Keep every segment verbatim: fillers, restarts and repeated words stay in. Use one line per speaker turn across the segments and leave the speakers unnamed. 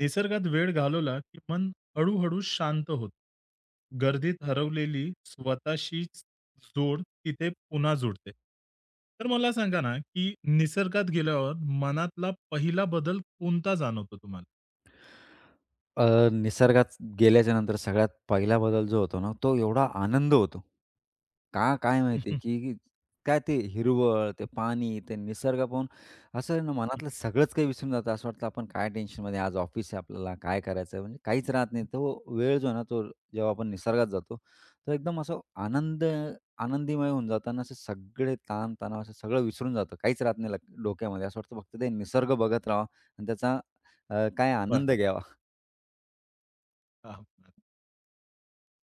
निसर्गात वेळ घालवला की मन हळूहळू शांत होतं. गर्दीत हरवलेली स्वतःशीच जोड तिथे पुन्हा जुळते. तर मला सांगा ना, की निसर्गात गेल्यावर मनातला पहिला बदल कोणता जाणवतो तुम्हाला?
अ, निसर्गात गेल्याच्या नंतर सगळ्यात पहिला बदल जो होतो ना, तो एवढा आनंद होतो. का काय माहिती, की काय ते हिरवळ, ते पाणी, ते निसर्ग पाहून असं आहे ना, मनातलं सगळंच काही विसरून जातं. असं वाटतं आपण काय टेन्शनमध्ये आज ऑफिस आहे आपल्याला, काय करायचं आहे, म्हणजे काहीच राहत नाही. तो वेळ जो आहे ना, तो जेव्हा आपण निसर्गात जातो, तर एकदम असं आनंद आनंदीमय होऊन जातं आणि सगळे ताण-तणाव असं सगळं विसरून जातं. काहीच राहत नाही लक डोक्यामध्ये. असं वाटतं फक्त ते निसर्ग बघत राहावा आणि त्याचा अ, काय आनंद
बरं.
घ्यावा.
हां.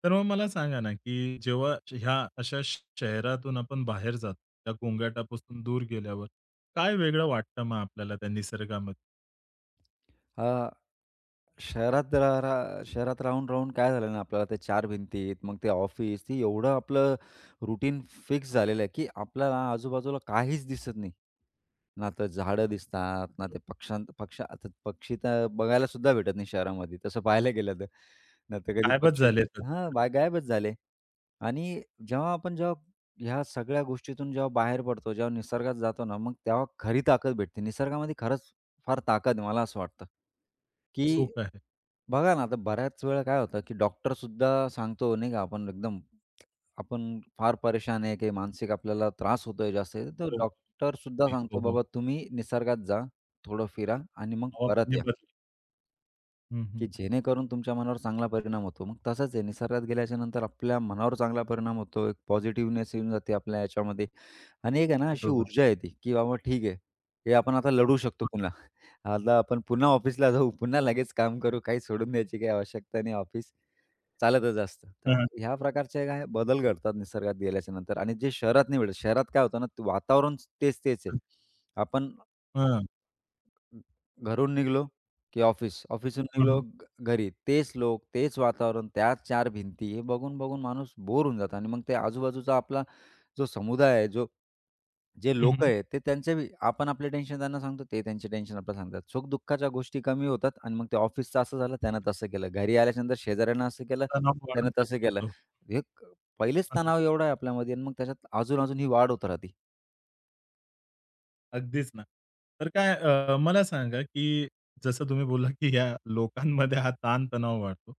तर मग मला सांगा ना, की जेव्हा ह्या अशा श- शहरातून आपण बाहेर जातो, त्या गोंगाटापासून दूर गेल्यावर काय वेगळं वाटतं मग आपल्याला त्या निसर्गामध्ये?
अ, शहरात रा रा शहरात राहून, राहून काय झालं ना आपल्याला ते चार भिंतीत, मग ते ऑफिस, ते एवढं आपलं रुटीन फिक्स झालेलं आहे, की आपल्याला आजूबाजूला काहीच दिसत नाही. ना तर झाडं दिसतात, ना ते पक्षांत पक्ष आता पक्षी तर बघायला सुद्धा भेटत नाही शहरामध्ये तसं पाहायला गेलं तर. ना तर कधी
गायबच झाले.
पक्षीच हां, बा गायबच झाले. आणि जेव्हा आपण जेव्हा ह्या सगळ्या गोष्टीतून जेव्हा बाहेर पडतो, जेव्हा निसर्गात जातो ना, मग तेव्हा खरी ताकद भेटते. निसर्गामध्ये खरंच फार ताकद आहे मला असं वाटतं, की
सुख आहे.
बघा ना, आता बऱ्याच वेळा काय होतं, की डॉक्टरसुद्धा सांगतो नाही का आपण एकदम आपण फार परेशान आहे, काही मानसिक आपल्याला त्रास होतोय जास्त, तर
हो. नक्की.
डॉक्टर सुद्धा सांगतो,
हो, हो.
"बाबा तुम्ही निसर्गात जा, थोडं फिरा आणि मग परत
हवाखाली
या,
बदल. हं, हं.
की जेणेकरून तुमच्या मनावर चांगला परिणाम होतो." मग तसंच आहे, निसर्गात गेल्याच्यानंतर आपल्या मनावर चांगला परिणाम होतो, एक पॉझिटिव्हनेस येऊन जाते आपल्या याच्यामध्ये आणि एक आहे ना अशी
बरोबर.
ऊर्जा येते, की बाबा ठीक आहे, हे आपण आता लढू शकतो पुन्हा. आता आपण पुन्हा ऑफिसला जाऊ, पुन्हा लगेच काम करू, काही सोडून द्यायची काही आवश्यकता नाही ऑफिस चालतच असतं. तर
हां,
मग
हां.
ह्या प्रकारचे काय बदल घडतात निसर्गात गेल्याच्या नंतर आणि जे शहरात नाही भेटत. शहरात काय होतं ना, ते वातावरण तेच, तेच आहे. आपण
हां.
घरून निघलो की ऑफिस, ऑफिसहून
हं,
निघलो
हं.
घ घरी. तेच लोक, तेच वातावरण, त्याच चार भिंती. हे बघून-बघून माणूस बोर होऊन जातो आणि मग ते आजूबाजूचा आपला जो समुदाय आहे, जो जे
हं,
लोक
हं.
आहेत ते त्यांचे बी आपण आपले टेन्शन त्यांना सांगतो, ते त्यांचे टेन्शन आपल्याला सांगतात. सुख-दुःखाच्या गोष्टी कमी होतात आणि मग ते ऑफिसचं असं झालं, त्यानं तसं केलं. घरी आल्याच्यानंतर शेजाऱ्यानं असं केलं,
तणाव
त्यानं
वाढतच
तसं केलं.
राहतो.
हे क- पहिलेच
हं, हं.
तणाव एवढा आहे आपल्यामध्ये आणि मग त्याच्यात अजून-अजून ही वाढ होत राहते.
अगदीच ना. तर काय, अ, मला सांगा, की जसं तुम्ही बोलला, की या लोकांमध्ये हा ताण-तणाव वाढतो.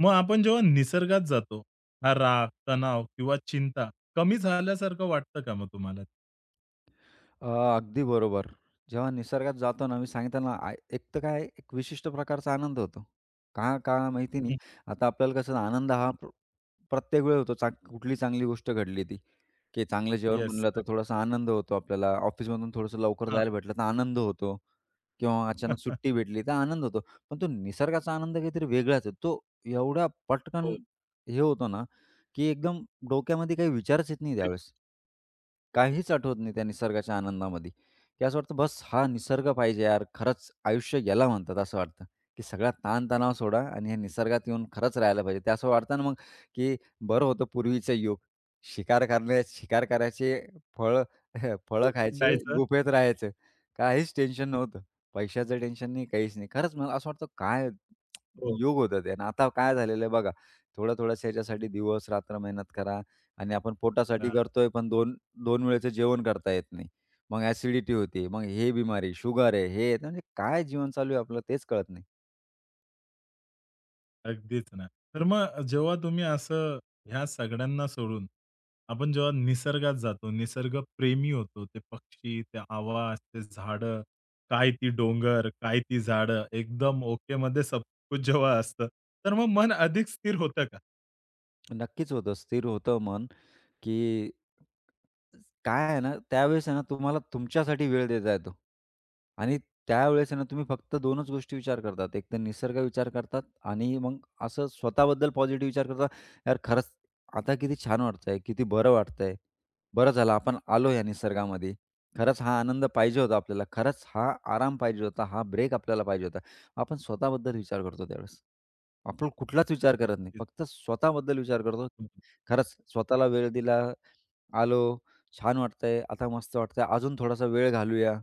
मग आपण जेव्हा निसर्गात जातो, हा राग, तणाव किंवा चिंता कमी झाल्यासारखं वाटतं का मग तुम्हाला?
अ, अगदी बरोबर. जेव्हा निसर्गात जातो ना, मी सांगितलं ना, आय एक तर काय एक विशिष्ट प्रकारचा आनंद होतो. का का माहिती नाही.
हं.
आता आपल्याला कसं आनंद हा प्र प्रत्येक वेळी होतो. चांग कुठली चांगली गोष्ट घडली ती, की चांगलं जेवण
येस.
बनलं तर
नक्कीच.
थोडासा आनंद होतो आपल्याला. ऑफिसमधून थोडंसं लवकर
हां.
जायला भेटलं तर आनंद होतो किंवा अचानक सुट्टी भेटली तर आनंद होतो. पण तो निसर्गाचा आनंद काहीतरी वेगळाच आहे. तो एवढा पटकन
हो.
हे होतो ना, की एकदम डोक्यामध्ये काही विचारच येत नाही
ते
त्यावेळेस. काहीच आठवत नाही त्या निसर्गाच्या आनंदामध्ये, की असं वाटतं बस हा निसर्ग पाहिजे यार. खरंच आयुष्य याला म्हणतात असं वाटतं, की सगळा ताणतणाव सोडा आणि हे निसर्गात येऊन खरंच राहायला पाहिजे. ते असं वाटतं ना मग, की बरं होतं पूर्वीचं युग. शिकार करण्या शिकार करायचे, फळं फळं खायचे,
जायचं.
गुफेत राहायचं. काहीच टेन्शन नव्हतं. पैशाचं टेन्शन नाही, काहीच नाही. खरंच मला असं वाटतं काय
हो.
युग होतं ते आणि आता काय झालेलं आहे बघा. थोड्या-थोड्याशा ह्याच्यासाठी दिवस-रात्र मेहनत करा. आणि आपण पोटासाठी करतोय, पण 2, दोन वेळेचं जेवण करता येत नाही. मग ॲसिडिटी होते, मग हे बिमारी, शुगर आहे, हे आहे. म्हणजे काय जीवन चालू आहे आपलं तेच कळत नाही.
अगदीच ना. तर मग जेव्हा तुम्ही असं ह्या सगळ्यांना सोडून, आपण जेव्हा निसर्गात जातो, निसर्ग प्रेमी होतो, ते पक्षी, ते आवाज, ते झाडं, काय ती डोंगर, काय ती झाडं, एकदम ओके ओकेमध्ये सब कुछ जेव्हा असतं, तर मग मन अधिक स्थिर होतं का?
नक्कीच होतं. स्थिर होतं मन, की काय आहे ना, त्यावेळेस आहे ना, तुम्हाला तुमच्यासाठी वेळ देता येतो आणि त्यावेळेस आहे ना, तुम्ही फक्त 2च गोष्टी विचार करतात. एक तर निसर्ग विचार करतात आणि मग असं स्वतःबद्दल पॉझिटिव्ह विचार करता, यार खरंच आता किती छान वाटतंय, किती बरं वाटतंय. बरं झालं आपण आलो या निसर्गामध्ये. खरंच हा आनंद पाहिजे होता आपल्याला. खरंच हा आराम पाहिजे होता. हा ब्रेक आपल्याला पाहिजे होता. आपण स्वतःबद्दल विचार करतो त्यावेळेस. आपण कुठलाच विचार करत नाही.
अगदीच.
फक्त स्वतःबद्दल विचार करतो. खरंच स्वतःला वेळ दिला, आलो, छान वाटतंय, आता मस्त वाटतंय, अजून थोडासा वेळ घालवूया.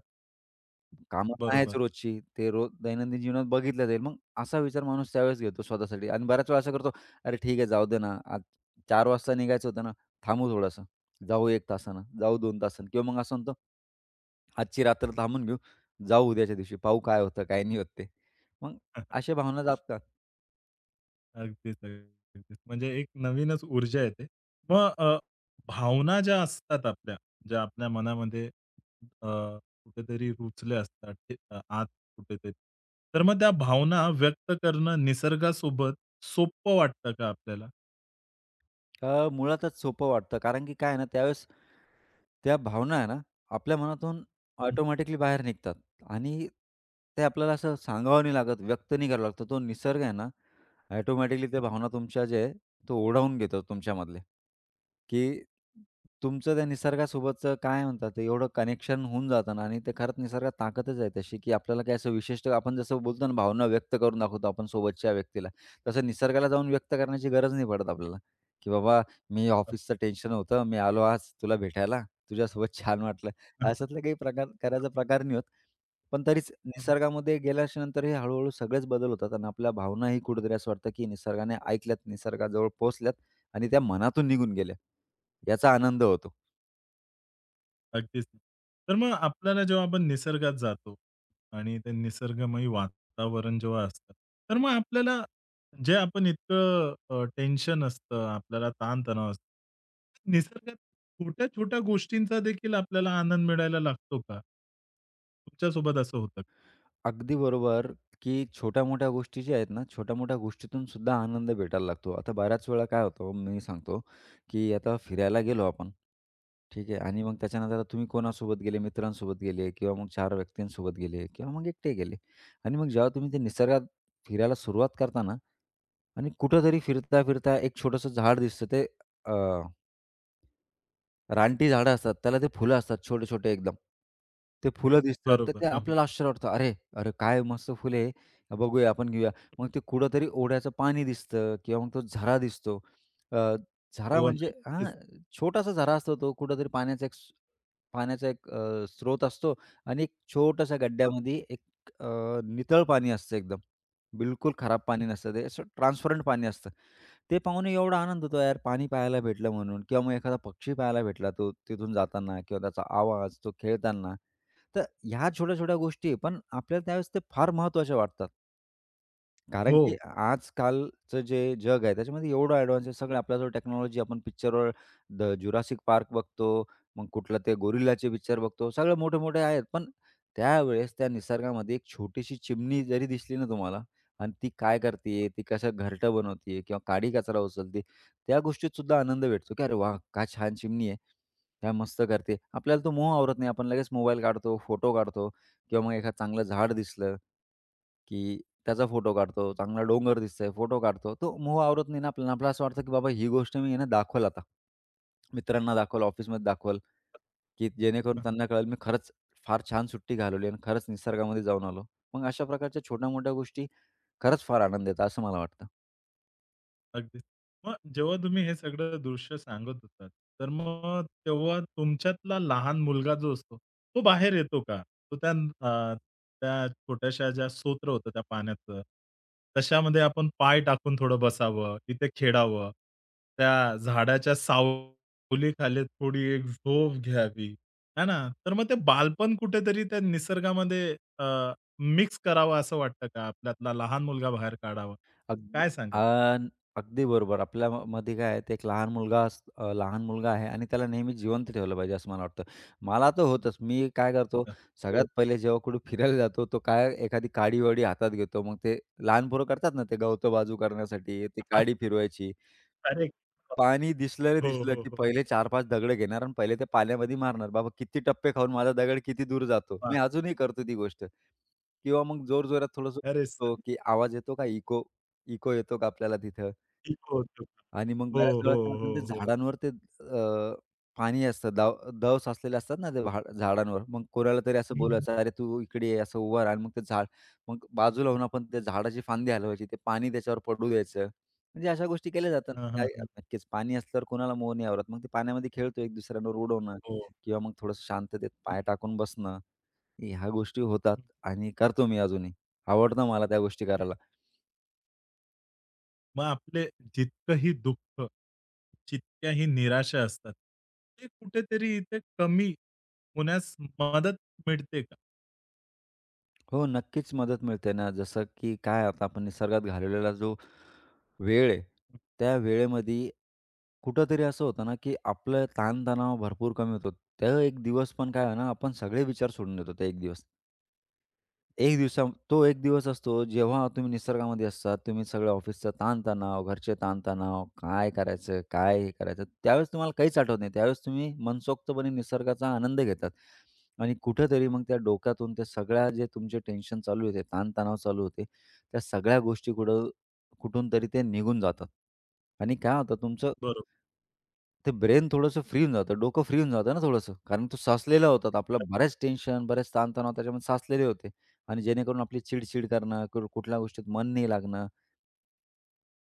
कामं
बरोबर.
आहेच रोजची, ते रोज दैनंदिन जीवनात बघितलं जाईल. मग असा विचार माणूस त्यावेळेस घेतो स्वतःसाठी आणि बऱ्याच वेळा असं करतो, "अरे ठीक आहे, जाऊ दे ना, आज चार वाजता निघायचं होतं ना, थांबू थोडंसं. जाऊ एक तासानं, जाऊ दोन तासानं." किंवा मग असं म्हणतो, "आजची रात्र थांबून घेऊ, जाऊ उद्याच्या दिवशी, पाहू काय होतं, काय नाही होत ते." मग अशा भावना जागतात.
अगदीच, अगदीच. म्हणजे एक नवीनच ऊर्जा येते. मग अ, भावना ज्या असतात आपल्या, ज्या आपल्या मनामध्ये, अ, कुठेतरी रुजल्या असतात, ते अ, आत कुठेतरी. तर मग त्या भावना व्यक्त करणं निसर्गासोबत सोपं वाटतं का आपल्याला?
अ, मुळातच सोपं वाटतं. कारण की काय आहे ना, त्यावेळेस त्या भावना आहे ना, आपल्या मनातून ऑटोमॅटिकली बाहेर निघतात आणि ते आपल्याला असं सांगावं नाही लागत, व्यक्त नाही करावं लागतं. तो निसर्ग आहे ना, ऑटोमॅटिकली त्या भावना तुमच्या जे आहे, तो ओढावून घेतो तुमच्यामधले, की तुमचं त्या निसर्गासोबतचं काय म्हणतात ते एवढं कनेक्शन होऊन जातं ना आणि ते खरंच निसर्गात ताकदच आहे तशी, की आपल्याला काय असं विशिष्ट आपण जसं बोलतो ना भावना व्यक्त करून दाखवतो आपण सोबतच्या व्यक्तीला, तसं निसर्गाला जाऊन व्यक्त करण्याची गरज नाही पडत आपल्याला, की बाबा मी
हं.
ऑफिसचं टेन्शन होतं, मी आलो आज तुला भेटायला, तुझ्यासोबत छान वाटलं. अशातले काही प्रकार करायचा प्रकार नाही होत. पण तरीच निसर्गामध्ये गेल्याच्या नंतर हे हळू-हळू सगळेच बदल होतात आणि आपल्या भावनाही कुठेतरी असं वाटतं, की निसर्गाने ऐकल्यात, निसर्गाजवळ पोहोचल्यात आणि त्या मनातून निघून गेल्या. याचा आनंद होतो.
अगदीच. तर मग आपल्याला जेव्हा आपण निसर्गात जातो आणि ते निसर्गमय वातावरण जेव्हा असतं, तर मग आपल्याला जे आपण इतकं अ, टेन्शन असतं, आपल्याला ताणतणाव असतो. निसर्गात छोट्या-छोट्या गोष्टींचा देखील आपल्याला आनंद मिळायला लागतो का? तुमच्यासोबत असं होतं का?
अगदी बरोबर, की छोट्या-मोठ्या गोष्टी ज्या आहेत ना, छोट्या-मोठ्या गोष्टीतून सुद्धा आनंद भेटायला लागतो. आता बऱ्याच वेळा काय होतं, मी सांगतो, की आता फिरायला गेलो आपण, ठीक आहे आणि मग त्याच्यानंतर आता तुम्ही कोणासोबत गेले, मित्रांसोबत गेले किंवा मग चार व्यक्तींसोबत गेले किंवा मग एकटे गेले आणि मग जेव्हा तुम्ही ते निसर्गात फिरायला सुरुवात करता ना आणि कुठेतरी फिरता-फिरता एक छोटंसं झाड दिसतं ते रानटी झाडं असतात. त्याला ते फुलं असतात छोटे-छोटे एकदम. ते फुलं दिसतात, तर
बरोबर.
ते
हं, हं.
आपल्याला आश्चर्य वाटतं. अरे, अरे, काय मस्त फुले, आहे. बघूया, आपण घेऊया. मग ते कुठेतरी ओढ्याचं पाणी दिसतं किंवा मग तो झरा दिसतो. अ, झरा
हो ना.
म्हणजे हां,
तेच.
छोटासा झरा असतो तो. कुठेतरी पाण्याचा एक स पाण्याचा एक अ, स्रोत असतो आणि एक छोट्याशा
बरोबर.
गड्ड्यामध्ये एक अ, नितळ पाणी असतं एकदम. बिलकुल खराब पाणी नसतं ते. असं ट्रान्सपरंट पाणी असतं. ते पाहून एवढा आनंद होतो यार पाणी पाहायला भेटलं म्हणून किंवा मग एखादा पक्षी पाहायला भेटला तो तिथून जाताना किंवा त्याचा आवाज, तो खेळताना. तर ह्या छोट्या-छोट्या गोष्टी आहे, पण आपल्याला त्यावेळेस ते फार महत्त्वाच्या वाटतात. कारण की आजकालचं जे जग आहे त्याच्यामध्ये एवढं ॲडव्हान्स आहे. सगळं आपल्याजवळ टेक्नॉलॉजी आपण पिक्चरवर द जुरासिक पार्क बघतो, मग कुठलं ते गोरिल्लाचे पिक्चर बघतो. सगळे मोठे-मोठे आहेत. पण त्यावेळेस त्या निसर्गामध्ये एक छोटीशी चिमणी जरी दिसली ना तुम्हाला आणि ती काय करतीये, ती कसं घरटं बनवतीये किंवा काडी कचरा उचलते, त्या गोष्टीत सुद्धा आनंद भेटतो, की "अरे वाह! काय छान चिमणी आहे. काय मस्त करते." आपल्याला तो मोह आवरत नाही. आपण लगेच मोबाईल काढतो, फोटो काढतो किंवा मग एखादं चांगलं झाड दिसलं, की त्याचा फोटो काढतो, चांगला डोंगर दिसतंय, फोटो काढतो. तो मोह आवरत नाही ना आपल्याला. आपल्याला असं वाटतं की बाबा ही गोष्ट मी आहे ना आता. मित्रांना दाखवेल, ऑफिसमध्ये दाखवेल, की जेणेकरून
हो.
त्यांना कळेल मी खरंच फार छान सुट्टी घालवली आणि खरंच निसर्गामध्ये जाऊन आलो. मग अशा प्रकारच्या छोट्या-मोठ्या गोष्टी खरंच फार आनंद देतात असं मला वाटतं.
अगदीच. मग जेव्हा तुम्ही हे सगळं दृश्य सांगत होतात, तर मग तेव्हा तुमच्यातला लहान मुलगा जो असतो, तो बाहेर येतो का? तो त्या, अ, त्या छोट्याशा ज्या स्तोत्र होतं त्या पाण्याचं, तशामध्ये आपण पाय टाकून थोडं बसावं, तिथे खेळावं. त्या झाडाच्या सावलीखाली थोडी एक झोप घ्यावी, है ना? तर मग ते बालपण कुठेतरी त्या निसर्गामध्ये मिक्स करावं असं वाटतं का? आपल्यातला लहान मुलगा बाहेर काढावा.
अगदी
काय सांगाल?
अन् अगदी बरोबर. आपल्यामध्ये काय आहे, ते एक लहान मुलगा अस अ, लहान मुलगा आहे आणि त्याला नेहमी जिवंत ठेवलं पाहिजे असं मला वाटतं. मला तर होतंच. मी काय करतो,
हं, हो.
सगळ्यात पहिले जेव्हा कुठे फिरायला जातो, तो काय एखादी काडी-वाडी हातात घेतो. मग ते लहान पोरं करतात ना, ते गवतं बाजू करण्यासाठी ती काडी फिरवायची.
अरे
पाणी दिसलं रे
हो,
दिसलं,
हो,
की
हो.
पहिले चार पाच दगडं घेणार आणि पहिले ते पाण्यामध्ये मारणार. बाबा किती टप्पे खाऊन माझा दगड किती दूर जातो.
वाह!
मी अजूनही करतो ती गोष्ट किंवा मग जोरजोरात थोडंसं,
अरे सर,
की आवाज येतो का इको, इको येतो का आपल्याला तिथं?
ठीक होतो.
आणि मग
हो,
बऱ्याच वेळा
हो,
काय होतं ना,
हो,
ते
हो.
झाडांवर ते अ, पाणी असतं, दव दव साचलेले असतात ना ते भाड झाडांवर. मग कोणाला तरी असं
हं.
बोलायचं, "अरे तू इकडे ये," असं उभा राहा आणि मग ते झाड मग बाजूला होऊन आपण त्या झाडाची फांदी हलवायची, ते पाणी त्याच्यावर पडू द्यायचं. म्हणजे अशा गोष्टी केल्या जातात.
हां, हां,
नाही
हां.
नक्कीच पाणी असल्यावर कोणाला मोह नाही आवरत. मग ते पाण्यामध्ये खेळतो, एक दुसऱ्यांवर उडवणं
हो.
किंवा मग थोडंसं शांततेत
हं,
पाय टाकून बसणं, ह्या गोष्टी होतात आणि करतो मी अजूनही. आवडतं मला त्या गोष्टी करायला.
मग आपले जितकंही दुःख, जितक्याही निराशा असतात, ते कुठेतरी इथे कमी होण्यास मदत मिळते का?
हो, नक्कीच मदत मिळते ना. जसं की काय आता आपण निसर्गात घालवलेला जो वेळ आहे, त्या वेळेमध्ये कुठेतरी असं होतं ना, की आपलं ताणतणाव भरपूर कमी होतो. त्या एक दिवस पण काय आहे ना, आपण सगळे विचार सोडून देतो त्या एक दिवस. एक दिवसा तो एक दिवस असतो जेव्हा तुम्ही निसर्गामध्ये असतात, तुम्ही सगळं ऑफिसचा ताणतणाव, घरचे ताणतणाव, काय करायचं, काय हे करायचं, त्यावेळेस तुम्हाला काहीच आठवत नाही. त्यावेळेस तुम्ही मनसोक्तपणे निसर्गाचा आनंद घेतात आणि कुठेतरी मग त्या डोक्यातून त्या सगळ्या जे तुमचे टेन्शन चालू होते, ताणतणाव चालू होते, त्या सगळ्या गोष्टी कुठं कुठून तरी ते निघून जातात आणि काय होतं तुमचं
बरोबर.
ते ब्रेन थोडंसं फ्री होऊन जातं, डोकं फ्री होऊन जातं ना थोडंसं. कारण तो साचलेला होता. तर आपला बऱ्याच टेन्शन, बऱ्याच ताणतणाव त्याच्यामध्ये साचलेले होते आणि जेणेकरून आपली चिड-चिड करणं, कुठ कुठल्या गोष्टीत मन नाही लागणं,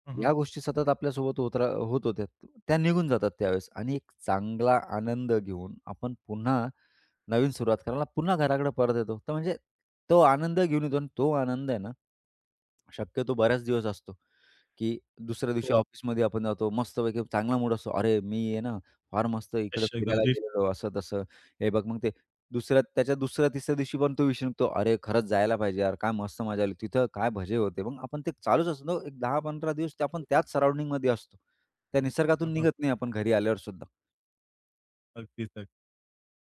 हं, हं.
या गोष्टी सतत आपल्यासोबत होत रा होत होत्या. त्या निघून जातात त्यावेळेस आणि एक चांगला आनंद घेऊन आपण पुन्हा नवीन सुरुवात करायला पुन्हा घराकडे परत येतो. तर म्हणजे तो आनंद घेऊन येतो आणि तो आनंद आहे ना, शक्यतो बऱ्याच दिवस असतो. की दुसऱ्या दिवशी
हो,
ऑफिसमध्ये आपण जातो. मस्तपैकी चांगला मूड असतो. "अरे, मी आहे ना, फार मस्त इकडे
फ्रेश एकदम
फिरायला गेलेलो," असं-तसं. हे बघ मग ते दुसऱ्या त्याच्या दुसऱ्या, तिसऱ्या दिवशी पण तो विषय निघतो. "अरे, खरंच जायला पाहिजे यार. काय मस्त मजा आली. तिथं काय भजे होते." मग आपण ते चालूच असतो. एक दहा पंधरा दिवस ते आपण
रिफ्रेश.
त्याच सराउंडिंगमध्ये असतो. त्या निसर्गातून निघत नाही आपण घरी आल्यावर सुद्धा.
अगदीच, अगदी.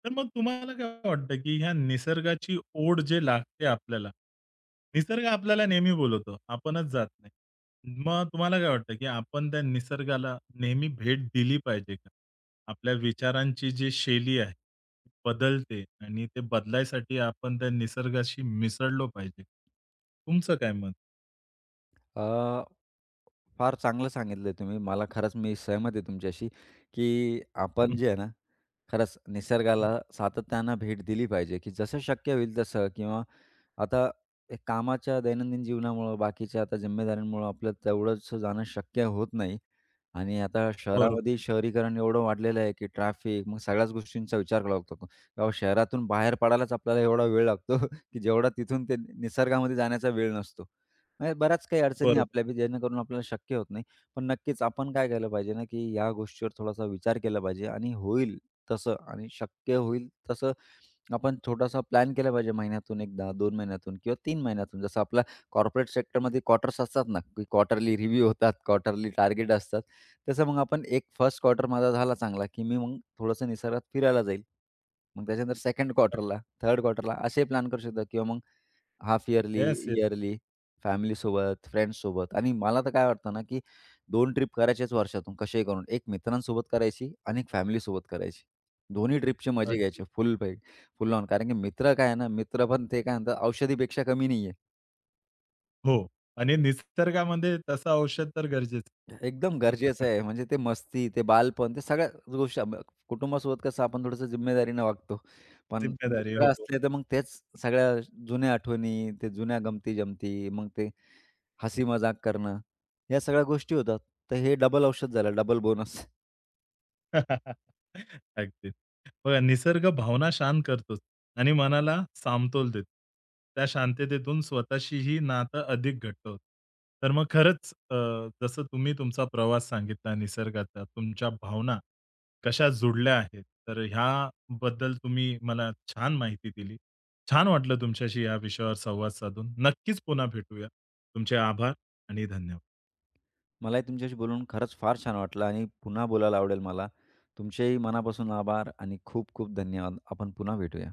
तर मग तुम्हाला काय वाटतं, की ह्या निसर्गाची ओढ जे लागते आपल्याला, निसर्ग आपल्याला नेहमी बोलवतो, आपणच जात नाही. मग तुम्हाला काय वाटतं, की आपण त्या निसर्गाला नेहमी भेट दिली पाहिजे का? आपल्या विचारांची जी शैली आहे, ती बदलते आणि ते बदलायसाठी आपण त्या निसर्गाशी मिसळलो पाहिजे. तुमचं काय मत?
अ, फार चांगलं सांगितलं तुम्ही. मला खरंच मी सहमत आहे तुमच्याशी, की आपण
हं,
जे आहे ना, खरंच
हं.
निसर्गाला सातत्यानं भेट दिली पाहिजे, की जसं शक्य होईल तसं किंवा आता हे कामाच्या दैनंदिन जीवनामुळं, बाकीच्या आता जिम्मेदाऱ्यांमुळं आपलं तेवढंसं जाणं शक्य होत नाही आणि आता
बरोबर,
शहरामध्ये शहरीकरण एवढं वाढलेलं आहे, की ट्रॅफिक मग सगळ्याच गोष्टींचा विचार करावा लागतो. तेव्हा शहरातून बाहेर पडायलाच आपल्याला एवढा वेळ लागतो, की जेवढा तिथून ते निसर्गामध्ये जाण्याचा वेळ नसतो. म्हणजे बऱ्याच काही अडचणी
बरोबर.
आपल्या बी जेणेकरून आपल्याला शक्य होत नाही. पण नक्कीच आपण काय केलं पाहिजे ना, की या गोष्टीवर थोडासा विचार केला पाहिजे आणि होईल तसं आणि शक्य होईल तसं आपण छोटासा प्लॅन केला पाहिजे महिन्यातून एकदा, दोन महिन्यातून किंवा तीन महिन्यातून. जसं आपला कॉर्पोरेट सेक्टरमध्ये क्वार्टर्स असतात ना, की क्वार्टरली रिव्ह्यू होतात, क्वार्टरली टार्गेट असतात. तसं मग आपण एक फर्स्ट क्वार्टर माझा झाला चांगला, की मी मग थोडंसं निसर्गात फिरायला जाईल. मग त्याच्यानंतर सेकंड क्वार्टरला, थर्ड क्वार्टरला असे प्लॅन करू शकतो किंवा मग half yearly,
yes, yes.
Yearly, फॅमिलीसोबत, फ्रेंड्ससोबत आणि मला तर काय वाटतं ना, की दोन ट्रिप करायच्याच वर्षातून कसेही करून. एक मित्रांसोबत करायची आणि एक फॅमिलीसोबत करायची. दोन्ही ट्रिपचे मजे
अगदी.
घ्यायचे फुल फुल ऑन. कारण की मित्र काय आहे ना, मित्र पण ते काय म्हणतात औषधीपेक्षा कमी नाहीये.
हो. आणि निसर्गामध्ये तसं औषध तर गरजेचं.
एकदम गरजेचं आहे. म्हणजे ते मस्ती, ते बालपण, ते सगळ्या गोष्टी आम कुटुंबासोबत कसं आपण थोडंसं जिम्मेदारीनं वागतो. पण
जिम्मेदारी.
मित्र
हो.
असले तर मग तेच सगळ्या जुन्या आठवणी, ते जुन्या गमती-जमती, मग ते हसी-मजाक करणं, या सगळ्या गोष्टी होतात. तर हे डबल औषध झालं, डबल बोनस.
अगदीच. बघा निसर्ग भावना शांत करतोच आणि मनाला सामतोल देतो. त्या शांततेतून स्वतःशीही नातं अधिक घट्ट होतं. तर मग खरंच, अ, जसं तुम्ही तुमचा प्रवास सांगितला निसर्गाचा, तुमच्या भावना कशा जुडल्या आहेत. तर ह्याबद्दल तुम्ही मला छान माहिती दिली. छान वाटलं तुमच्याशी या विषयावर संवाद साधून. नक्कीच पुन्हा भेटूया. तुमचे आभार आणि धन्यवाद.
मलाही तुमच्याशी बोलून खरंच फार छान वाटलं आणि पुन्हा बोलायला आवडेल मला. तुमचेही मनापासून आभार आणि खूप खूप धन्यवाद. आपण पुन्हा भेटूया.